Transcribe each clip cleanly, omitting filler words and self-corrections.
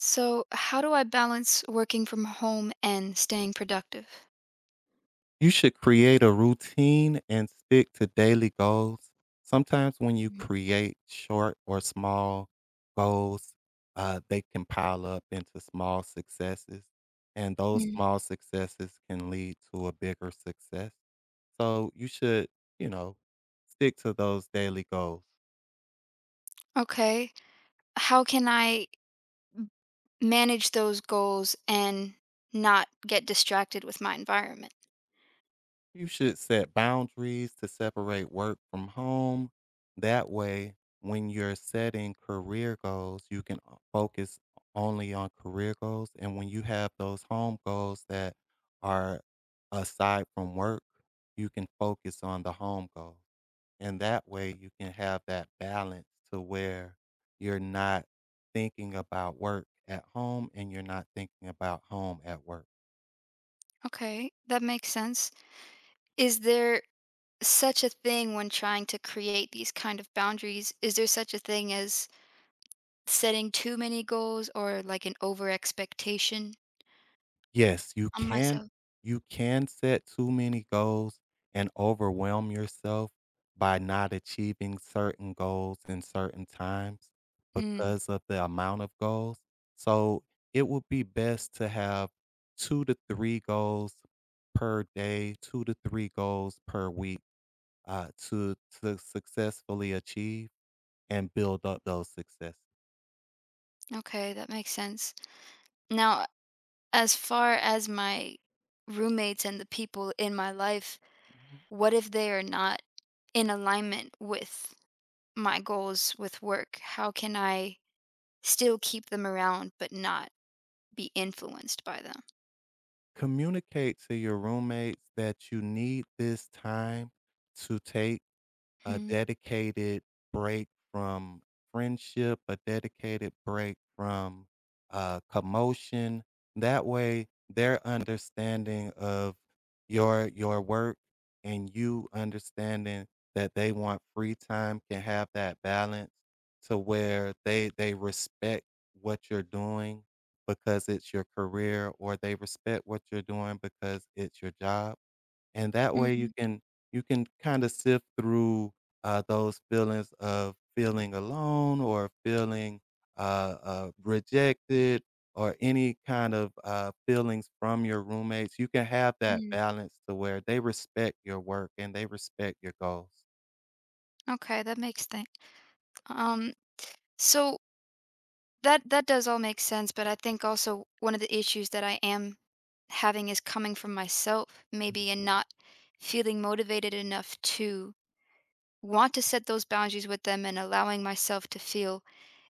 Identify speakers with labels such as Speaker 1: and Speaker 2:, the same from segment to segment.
Speaker 1: So, how do I balance working from home and staying productive?
Speaker 2: You should create a routine and stick to daily goals. Sometimes when you
Speaker 1: Mm.
Speaker 2: create short or small goals, they can pile up into small successes, and those
Speaker 1: Mm.
Speaker 2: small successes can lead to a bigger success. So you should, you know, stick to those daily goals.
Speaker 1: Okay. How can I manage those goals and not get distracted with my environment?
Speaker 2: You should set boundaries to separate work from home. That way, when you're setting career goals, you can focus only on career goals. And when you have those home goals that are aside from work, you can focus on the home goals. And that way, you can have that balance to where you're not thinking about work at home and you're not thinking about home at work.
Speaker 1: Okay, that makes sense. Is there such a thing when trying to create these kind of boundaries? Is there such a thing as setting too many goals or like an over expectation
Speaker 2: Yes,
Speaker 1: on myself?
Speaker 2: you can set too many goals and overwhelm yourself by not achieving certain goals in certain times
Speaker 1: Mm,
Speaker 2: because of the amount of goals. So, it would be best to have 2 to 3 goals per day, 2 to 3 goals per week, uh, to to successfully achieve and build up those successes.
Speaker 1: okay, that makes sense. Now, as far as my roommates and the people in my life,
Speaker 2: Mhm.
Speaker 1: what if they are not in alignment with my goals with work? How can I still keep them around but not be influenced by them?
Speaker 2: Communicate to your roommates that you need this time to take a
Speaker 1: Mm,
Speaker 2: dedicated break from friendship, a dedicated break from commotion. That way, their understanding of your work and you understanding that they want free time can have that balance to where they respect what you're doing because it's your career or they respect what you're doing because it's your job, and that way
Speaker 1: mm,
Speaker 2: you can kinda sift through, those feelings of feeling alone or feeling, rejected or any kind of, feelings from your roommates. You can have that
Speaker 1: mm.
Speaker 2: balance to where they respect your work and they respect your goals.
Speaker 1: Okay, that makes sense. Um, so that that does all make sense, but I think also one of the issues that I am having is coming from myself, maybe, and not feeling motivated enough to want to set those boundaries with them and allowing myself to feel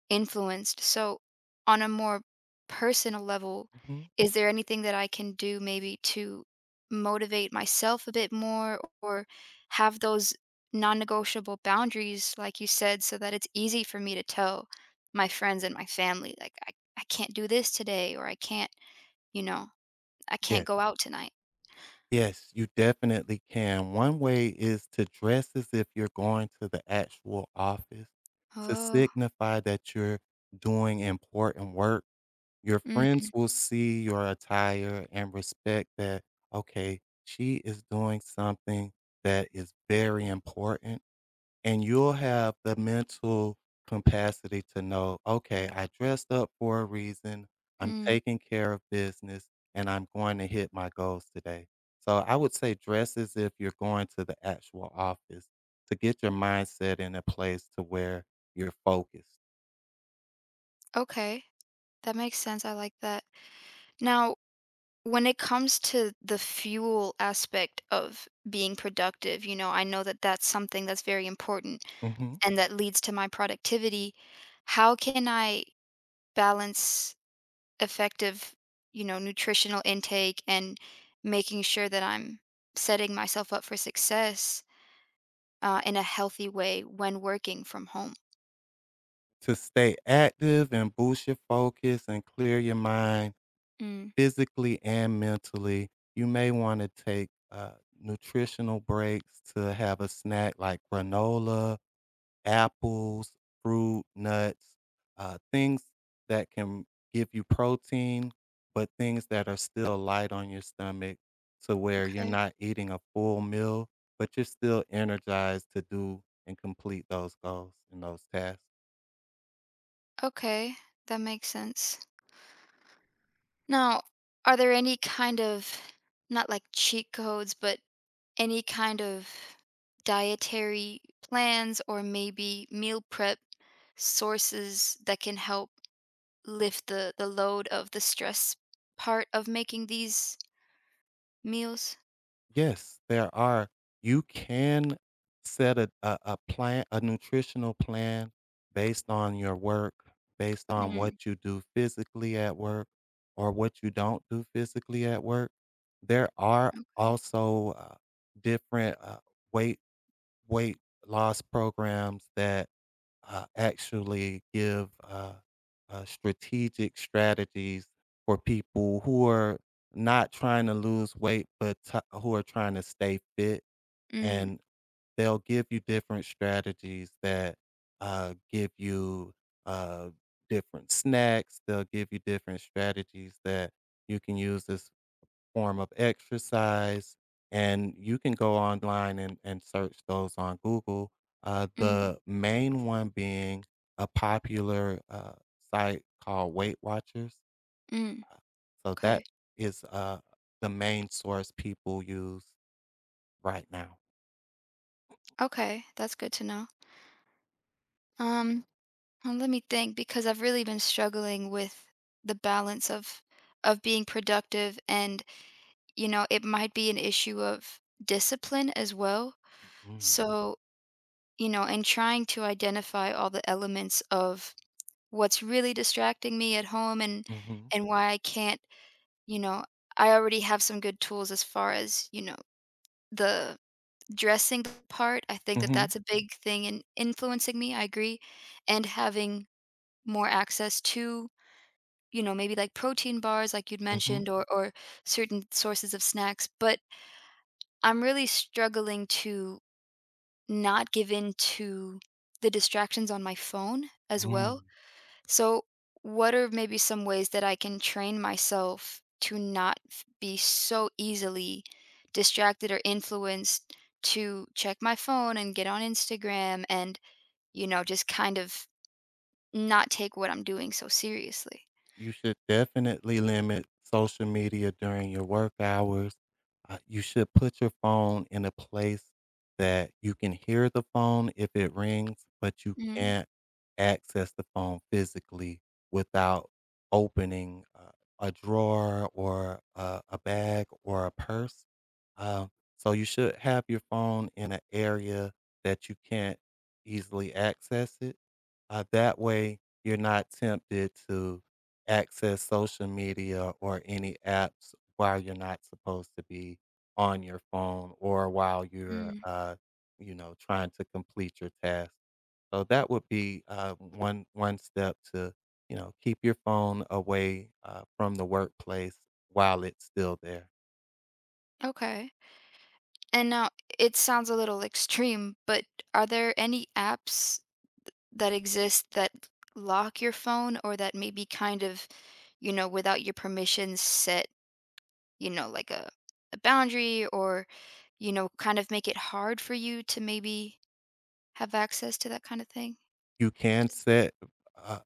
Speaker 1: influenced. So, on a more personal level,
Speaker 2: Mhm.
Speaker 1: is there anything that I can do maybe to motivate myself a bit more or have those non negotiable boundaries, like you said, so that it's easy for me to tell my friends and my family, like, I can't do this today, or I can't, you know, I can't
Speaker 2: Yeah.
Speaker 1: go out tonight?
Speaker 2: Yes, you definitely can. One way is to dress as if you're going to the actual office to
Speaker 1: Oh,
Speaker 2: signify that you're doing important work. Your
Speaker 1: mm,
Speaker 2: friends will see your attire and respect that, okay, she is doing something that is very important. And you'll have the mental capacity to know, okay, I dressed up for a reason. I'm
Speaker 1: mm.
Speaker 2: taking care of business and I'm going to hit my goals today. So I would say dress as if you're going to the actual office to get your mindset in a place to where you're focused.
Speaker 1: Okay. That makes sense. I like that. Now, when it comes to the fuel aspect of being productive, I know that that's something that's very important
Speaker 2: Mhm.
Speaker 1: and that leads to my productivity. How can I balance effective, nutritional intake and making sure that I'm setting myself up for success in a healthy way when working from home?
Speaker 2: To stay active and boost your focus and clear your mind
Speaker 1: Mm.
Speaker 2: physically and mentally, you may want to take nutritional breaks to have a snack like granola, apples, fruit, nuts, things that can give you protein, but things that are still light on your stomach to where you're
Speaker 1: Okay.
Speaker 2: not eating a full meal, but you're still energized to do and complete those goals and those tasks.
Speaker 1: Okay. That makes sense. Now, are there any kind of not like cheat codes, but any kind of dietary plans or maybe meal prep sources that can help lift the load of the stress part of making these meals?
Speaker 2: Yes, there are. You can set a plan, a nutritional plan based on your work, based on
Speaker 1: Mm.
Speaker 2: what you do physically at work or what you don't do physically at work. There are
Speaker 1: Okay.
Speaker 2: also different weight weight loss programs that actually give strategic strategies for people who are not trying to lose weight, but who are trying to stay fit.
Speaker 1: Mm,
Speaker 2: And they'll give you different strategies that give you uh, different snacks. They'll give you different strategies that you can use as form of exercise, and you can go online and search those on Google. Uh,
Speaker 1: mm,
Speaker 2: the main one being a popular site called Weight Watchers.
Speaker 1: mm.
Speaker 2: So
Speaker 1: Okay.
Speaker 2: that is the main source people use right now.
Speaker 1: Okay, that's good to know. Um, well, let me think because I've really been struggling with the balance of being productive and it might be an issue of discipline as well.
Speaker 2: Mm.
Speaker 1: So, and trying to identify all the elements of what's really distracting me at home and
Speaker 2: Hmm.
Speaker 1: and why I can't, you know, I already have some good tools as far as, the dressing part. I think that
Speaker 2: Hmm.
Speaker 1: that's a big thing in influencing me. I agree. And having more access to, maybe like protein bars like you'd
Speaker 2: Hmm.
Speaker 1: mentioned or certain sources of snacks, but I'm really struggling to not given to the distractions on my phone as
Speaker 2: Hmm.
Speaker 1: well. So, what are maybe some ways that I can train myself to not be so easily distracted or influenced to check my phone and get on Instagram and, just kind of not take what I'm doing so seriously?
Speaker 2: You should definitely limit social media during your work hours. You should put your phone in a place that you can hear the phone if it rings, but you
Speaker 1: Mm,
Speaker 2: can't access the phone physically without opening a drawer or a bag or a purse. Um, so you should have your phone in an area that you can't easily access it. That way, you're not tempted to access social media or any apps while you're not supposed to be on your phone or while you're,
Speaker 1: mm,
Speaker 2: trying to complete your task. So that would be one step to, keep your phone away from the workplace while it's still there.
Speaker 1: okay. And now it sounds a little extreme, but are there any apps that exist that lock your phone or that maybe kind of, without your permission set, like a boundary or, kind of make it hard for you to maybe have access to that kind of thing?
Speaker 2: You can set a,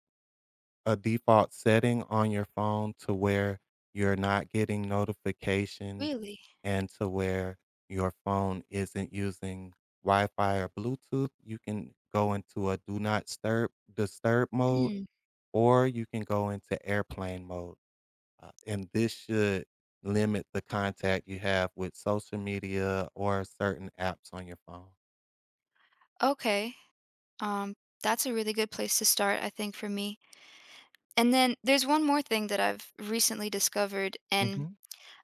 Speaker 2: a default setting on your phone to where you're not getting notifications
Speaker 1: Really?
Speaker 2: and to where your phone isn't using Wi-Fi or Bluetooth, you can go into a do not disturb mode,
Speaker 1: Mm.
Speaker 2: or you can go into airplane mode. And this should limit the contact you have with social media or certain apps on your phone.
Speaker 1: Okay. Um, that's a really good place to start, I think, for me. And then there's one more thing that I've recently discovered, and
Speaker 2: Hmm.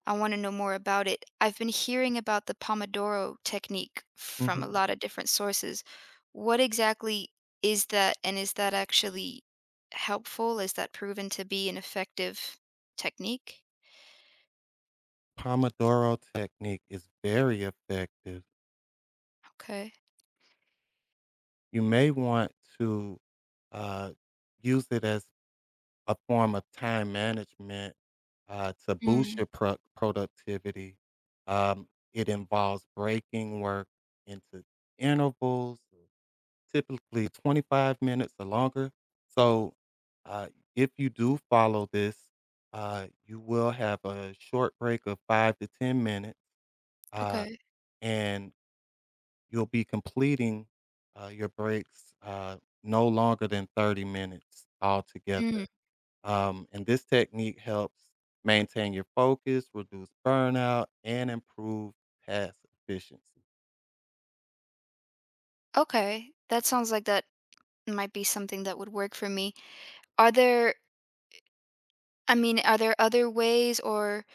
Speaker 1: I wanna know more about it. I've been hearing about the Pomodoro technique from
Speaker 2: Hmm.
Speaker 1: a lot of different sources. What exactly is that, and is that actually helpful? Is that proven to be an effective technique?
Speaker 2: Pomodoro technique is very effective.
Speaker 1: Okay.
Speaker 2: You may want to uh, use it as a form of time management, to boost
Speaker 1: Mm,
Speaker 2: your productivity. It involves breaking work into intervals, typically 25 minutes or longer. So, uh, if you do follow this, you will have a short break of 5 to 10 minutes, uh,
Speaker 1: okay.
Speaker 2: and you'll be completing your breaks no longer than 30 minutes
Speaker 1: Mm,
Speaker 2: altogether. And this technique helps maintain your focus, reduce burnout, and improve task efficiency.
Speaker 1: okay. That sounds like that might be something that would work for me. Are there I mean, are there other ways, or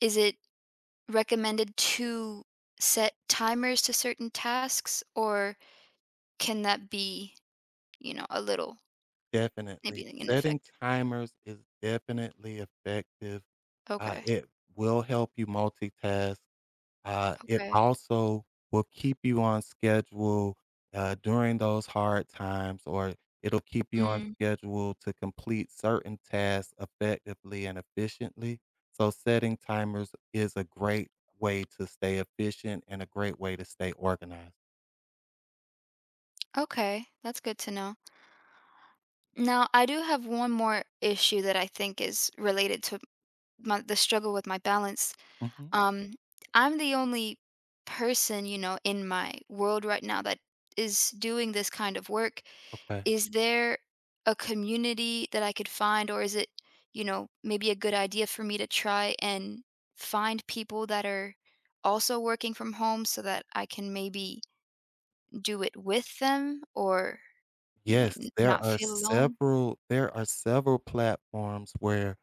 Speaker 1: is it recommended to set timers to certain tasks, or can that be a little,
Speaker 2: Definitely.
Speaker 1: maybe like an
Speaker 2: Setting
Speaker 1: effect.
Speaker 2: timers is definitely effective. Uh,
Speaker 1: Okay,
Speaker 2: it will help you multitask. It
Speaker 1: okay.
Speaker 2: also will keep you on schedule, during those hard times, or it'll keep you on
Speaker 1: Mm,
Speaker 2: schedule to complete certain tasks effectively and efficiently. So setting timers is a great way to stay efficient and a great way to stay organized.
Speaker 1: okay, that's good to know. Now, I do have one more issue that I think is related to my the struggle with my balance.
Speaker 2: Mhm.
Speaker 1: Um, I'm the only person, in my world right now that is doing this kind of work.
Speaker 2: Okay.
Speaker 1: Is there a community that I could find, or is it, maybe a good idea for me to try and find people that are also working from home so that I can maybe do it with them or,
Speaker 2: Yes,
Speaker 1: not feel alone?
Speaker 2: there are several platforms where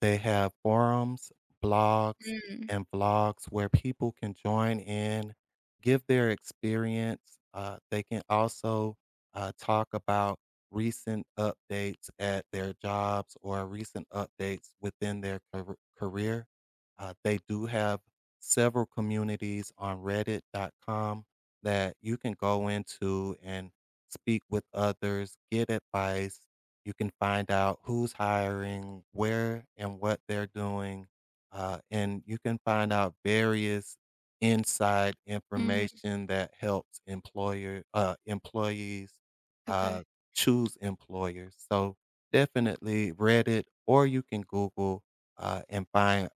Speaker 2: they have forums, blogs,
Speaker 1: Mm,
Speaker 2: and vlogs where people can join in, give their experience. They can also talk about recent updates at their jobs or recent updates within their career. They do have several communities on reddit.com that you can go into and speak with others, get advice, you can find out who's hiring, where and what they're doing, and you can find out various inside
Speaker 1: mm,
Speaker 2: information that helps employer employees uh,
Speaker 1: okay.
Speaker 2: choose employers. So definitely Reddit, or you can Google and find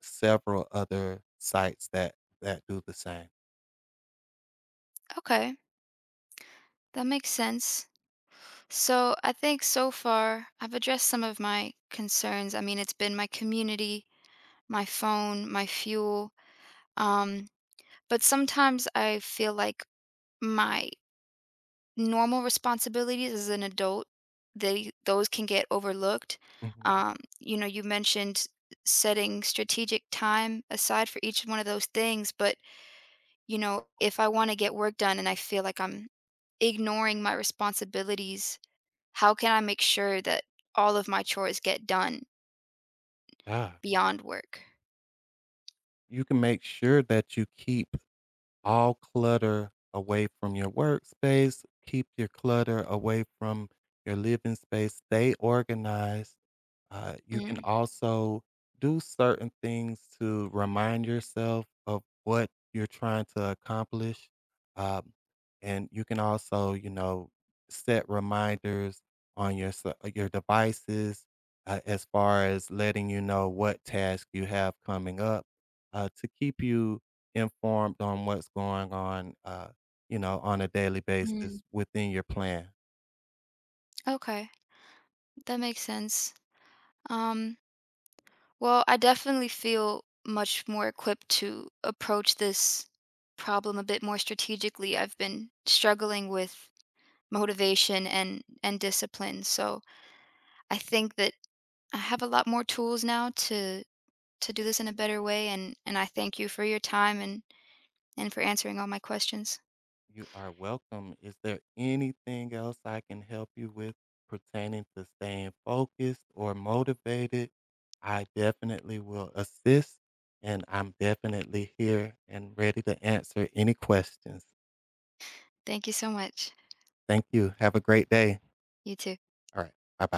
Speaker 2: several other sites that do the same.
Speaker 1: Okay. That makes sense. So I think so far I've addressed some of my concerns. I mean, it's been my community, my phone, my fuel. Um, but sometimes I feel like my normal responsibilities as an adult, they those can get overlooked.
Speaker 2: Mhm.
Speaker 1: You mentioned setting strategic time aside for each one of those things, but if I want to get work done and I feel like I'm ignoring my responsibilities, how can I make sure that all of my chores get done
Speaker 2: Yeah,
Speaker 1: beyond work?
Speaker 2: you can make sure that you keep all clutter away from your workspace. Keep your clutter away from your living space. Stay organized. You can
Speaker 1: Mm.
Speaker 2: also do certain things to remind yourself of what you're trying to accomplish. Um, and you can also, set reminders on your your devices as far as letting you know what task you have coming up to keep you informed on what's going on, on a daily
Speaker 1: Mm.
Speaker 2: basis within your plan.
Speaker 1: Okay, that makes sense. Um, Well, I definitely feel much more equipped to approach this problem a bit more strategically. I've been struggling with motivation and discipline. So, I think that I have a lot more tools now to do this in a better way and I thank you for your time and for answering all my questions.
Speaker 2: You are welcome. Is there anything else I can help you with pertaining to staying focused or motivated? I definitely will assist, and I'm definitely here and ready to answer any questions.
Speaker 1: Thank you so much.
Speaker 2: Thank you. Have a great day.
Speaker 1: You too.
Speaker 2: All right. Bye bye.